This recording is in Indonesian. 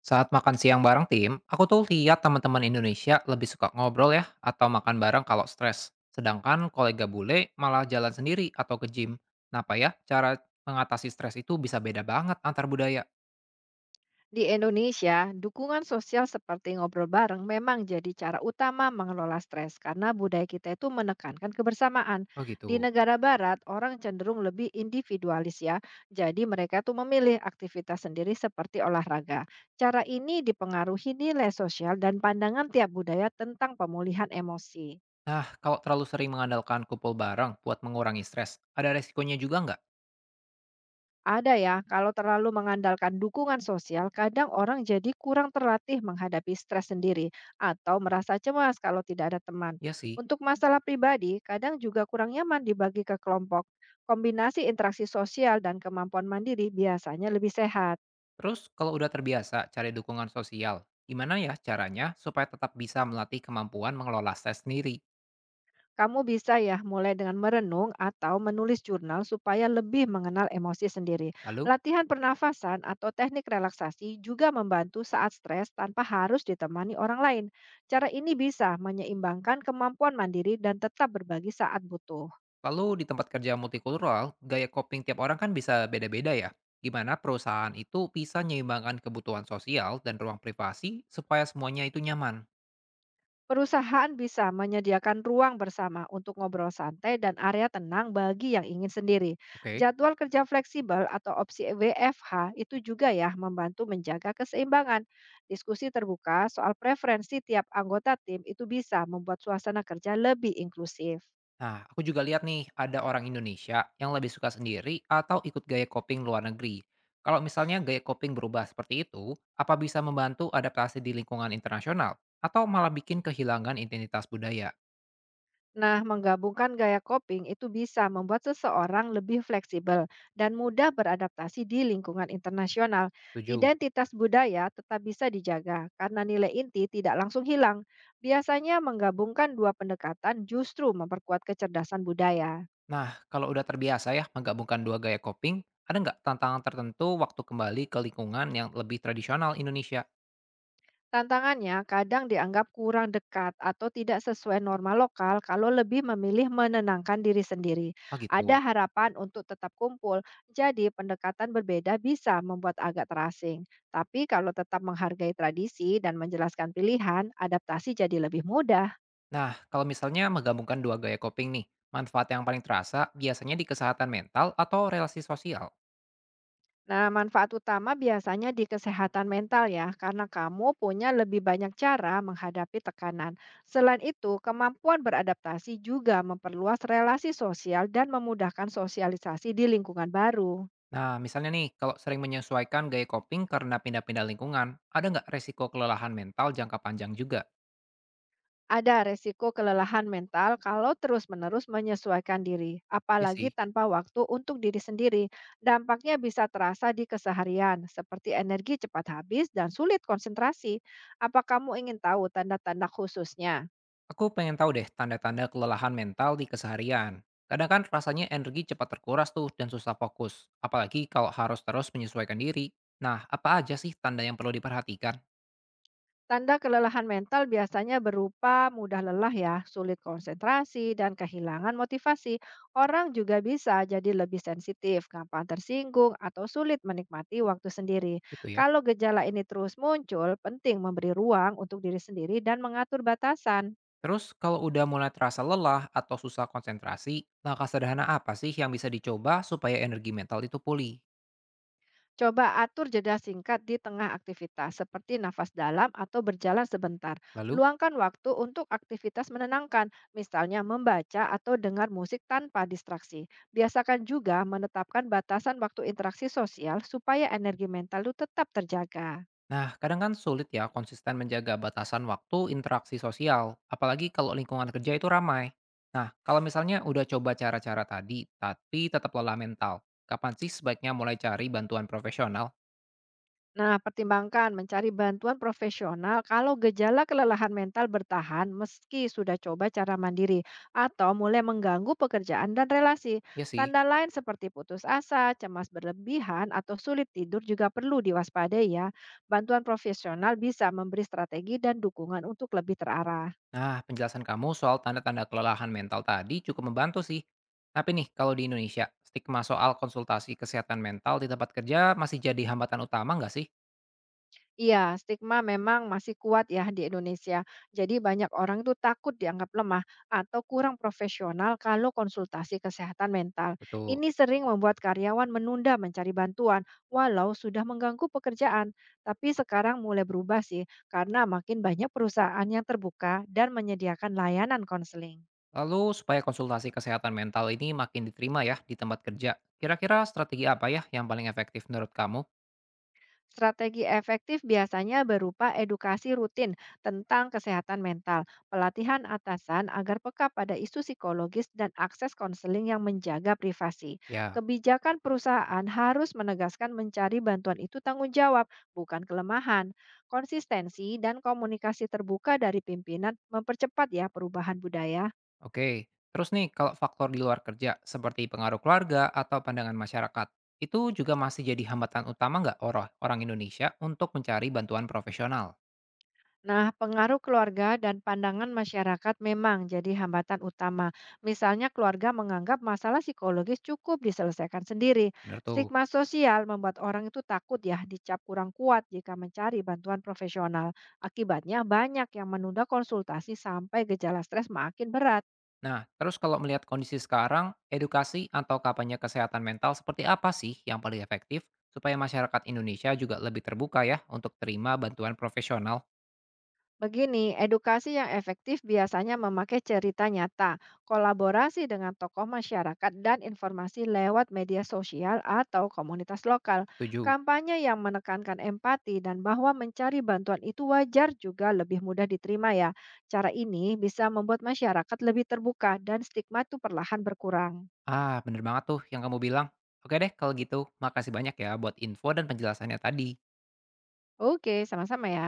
Saat makan siang bareng tim, aku tuh lihat teman-teman Indonesia lebih suka ngobrol ya atau makan bareng kalau stres. Sedangkan kolega bule malah jalan sendiri atau ke gym. Kenapa ya cara mengatasi stres itu bisa beda banget antar budaya? Di Indonesia, dukungan sosial seperti ngobrol bareng memang jadi cara utama mengelola stres karena budaya kita itu menekankan kebersamaan. Oh Di gitu. negara barat, orang cenderung lebih individualis ya. Jadi mereka tuh memilih aktivitas sendiri seperti olahraga. Cara ini dipengaruhi nilai sosial dan pandangan tiap budaya tentang pemulihan emosi. Nah, kalau terlalu sering mengandalkan kumpul bareng buat mengurangi stres, ada resikonya juga nggak? Ada ya, kalau terlalu mengandalkan dukungan sosial, kadang orang jadi kurang terlatih menghadapi stres sendiri atau merasa cemas kalau tidak ada teman. Ya sih. Untuk masalah pribadi, kadang juga kurang nyaman dibagi ke kelompok. Kombinasi interaksi sosial dan kemampuan mandiri biasanya lebih sehat. Terus kalau udah terbiasa cari dukungan sosial, gimana ya caranya supaya tetap bisa melatih kemampuan mengelola stres sendiri? Kamu bisa ya mulai dengan merenung atau menulis jurnal supaya lebih mengenal emosi sendiri. Lalu? Latihan pernafasan atau teknik relaksasi juga membantu saat stres tanpa harus ditemani orang lain. Cara ini bisa menyeimbangkan kemampuan mandiri dan tetap berbagi saat butuh. Lalu di tempat kerja multikultural, gaya coping tiap orang kan bisa beda-beda ya. Gimana perusahaan itu bisa menyeimbangkan kebutuhan sosial dan ruang privasi supaya semuanya itu nyaman. Perusahaan bisa menyediakan ruang bersama untuk ngobrol santai dan area tenang bagi yang ingin sendiri. Oke. Jadwal kerja fleksibel atau opsi WFH itu juga ya membantu menjaga keseimbangan. Diskusi terbuka soal preferensi tiap anggota tim itu bisa membuat suasana kerja lebih inklusif. Nah, aku juga lihat nih ada orang Indonesia yang lebih suka sendiri atau ikut gaya coping luar negeri. Kalau misalnya gaya coping berubah seperti itu, apa bisa membantu adaptasi di lingkungan internasional atau malah bikin kehilangan identitas budaya? Nah, menggabungkan gaya coping itu bisa membuat seseorang lebih fleksibel dan mudah beradaptasi di lingkungan internasional. Setuju. Identitas budaya tetap bisa dijaga karena nilai inti tidak langsung hilang. Biasanya menggabungkan dua pendekatan justru memperkuat kecerdasan budaya. Nah, kalau udah terbiasa ya menggabungkan dua gaya coping, ada nggak tantangan tertentu waktu kembali ke lingkungan yang lebih tradisional Indonesia? Tantangannya kadang dianggap kurang dekat atau tidak sesuai norma lokal kalau lebih memilih menenangkan diri sendiri. Oh gitu. Ada harapan untuk tetap kumpul, jadi pendekatan berbeda bisa membuat agak terasing. Tapi kalau tetap menghargai tradisi dan menjelaskan pilihan, adaptasi jadi lebih mudah. Nah, kalau misalnya menggabungkan dua gaya coping nih, manfaat yang paling terasa biasanya di kesehatan mental atau relasi sosial. Nah, manfaat utama biasanya di kesehatan mental ya, karena kamu punya lebih banyak cara menghadapi tekanan. Selain itu, kemampuan beradaptasi juga memperluas relasi sosial dan memudahkan sosialisasi di lingkungan baru. Nah, misalnya nih, kalau sering menyesuaikan gaya coping karena pindah-pindah lingkungan, ada nggak resiko kelelahan mental jangka panjang juga? Ada resiko kelelahan mental kalau terus-menerus menyesuaikan diri, Iya apalagi sih. tanpa waktu untuk diri sendiri. Dampaknya bisa terasa di keseharian, seperti energi cepat habis dan sulit konsentrasi. Apa kamu ingin tahu tanda-tanda khususnya? Aku pengen tahu deh tanda-tanda kelelahan mental di keseharian. Kadang kan rasanya energi cepat terkuras tuh dan susah fokus, apalagi kalau harus terus menyesuaikan diri. Nah, apa aja sih tanda yang perlu diperhatikan? Tanda kelelahan mental biasanya berupa mudah lelah ya, sulit konsentrasi, dan kehilangan motivasi. Orang juga bisa jadi lebih sensitif, gampang tersinggung, atau sulit menikmati waktu sendiri. Gitu ya. Kalau gejala ini terus muncul, penting memberi ruang untuk diri sendiri dan mengatur batasan. Terus kalau udah mulai terasa lelah atau susah konsentrasi, langkah sederhana apa sih yang bisa dicoba supaya energi mental itu pulih? Coba atur jeda singkat di tengah aktivitas, seperti nafas dalam atau berjalan sebentar. Lalu. Luangkan waktu untuk aktivitas menenangkan, misalnya membaca atau dengar musik tanpa distraksi. Biasakan juga menetapkan batasan waktu interaksi sosial supaya energi mental lu tetap terjaga. Nah, kadang kan sulit ya konsisten menjaga batasan waktu interaksi sosial, apalagi kalau lingkungan kerja itu ramai. Nah, kalau misalnya udah coba cara-cara tadi, tapi tetap lelah mental, kapan sih sebaiknya mulai cari bantuan profesional? Nah, pertimbangkan mencari bantuan profesional kalau gejala kelelahan mental bertahan meski sudah coba cara mandiri atau mulai mengganggu pekerjaan dan relasi. Ya sih. Tanda lain seperti putus asa, cemas berlebihan, atau sulit tidur juga perlu diwaspadai ya. Bantuan profesional bisa memberi strategi dan dukungan untuk lebih terarah. Nah, penjelasan kamu soal tanda-tanda kelelahan mental tadi cukup membantu sih. Tapi nih, kalau di Indonesia, stigma soal konsultasi kesehatan mental di tempat kerja masih jadi hambatan utama nggak sih? Iya, stigma memang masih kuat ya di Indonesia. Jadi banyak orang itu takut dianggap lemah atau kurang profesional kalau konsultasi kesehatan mental. Betul. Ini sering membuat karyawan menunda mencari bantuan walau sudah mengganggu pekerjaan. Tapi sekarang mulai berubah sih karena makin banyak perusahaan yang terbuka dan menyediakan layanan konseling. Lalu supaya konsultasi kesehatan mental ini makin diterima ya di tempat kerja, kira-kira strategi apa ya yang paling efektif menurut kamu? Strategi efektif biasanya berupa edukasi rutin tentang kesehatan mental, pelatihan atasan agar peka pada isu psikologis dan akses konseling yang menjaga privasi. Ya, Kebijakan perusahaan harus menegaskan mencari bantuan itu tanggung jawab, bukan kelemahan. Konsistensi dan komunikasi terbuka dari pimpinan mempercepat ya perubahan budaya. oke. Terus nih, kalau faktor di luar kerja seperti pengaruh keluarga atau pandangan masyarakat, itu juga masih jadi hambatan utama nggak orang orang Indonesia untuk mencari bantuan profesional? Nah, pengaruh keluarga dan pandangan masyarakat memang jadi hambatan utama. Misalnya, keluarga menganggap masalah psikologis cukup diselesaikan sendiri. Bener tuh. Stigma sosial membuat orang itu takut ya dicap kurang kuat jika mencari bantuan profesional. Akibatnya, banyak yang menunda konsultasi sampai gejala stres makin berat. Nah, terus kalau melihat kondisi sekarang, edukasi atau kampanye kesehatan mental seperti apa sih yang paling efektif supaya masyarakat Indonesia juga lebih terbuka ya untuk terima bantuan profesional? Begini, edukasi yang efektif biasanya memakai cerita nyata, kolaborasi dengan tokoh masyarakat, dan informasi lewat media sosial atau komunitas lokal. Tujuh. Kampanye yang menekankan empati dan bahwa mencari bantuan itu wajar juga lebih mudah diterima ya. Cara ini bisa membuat masyarakat lebih terbuka dan stigma itu perlahan berkurang. Ah, bener banget tuh yang kamu bilang. Oke deh, kalau gitu, makasih banyak ya buat info dan penjelasannya tadi. Oke, sama-sama ya.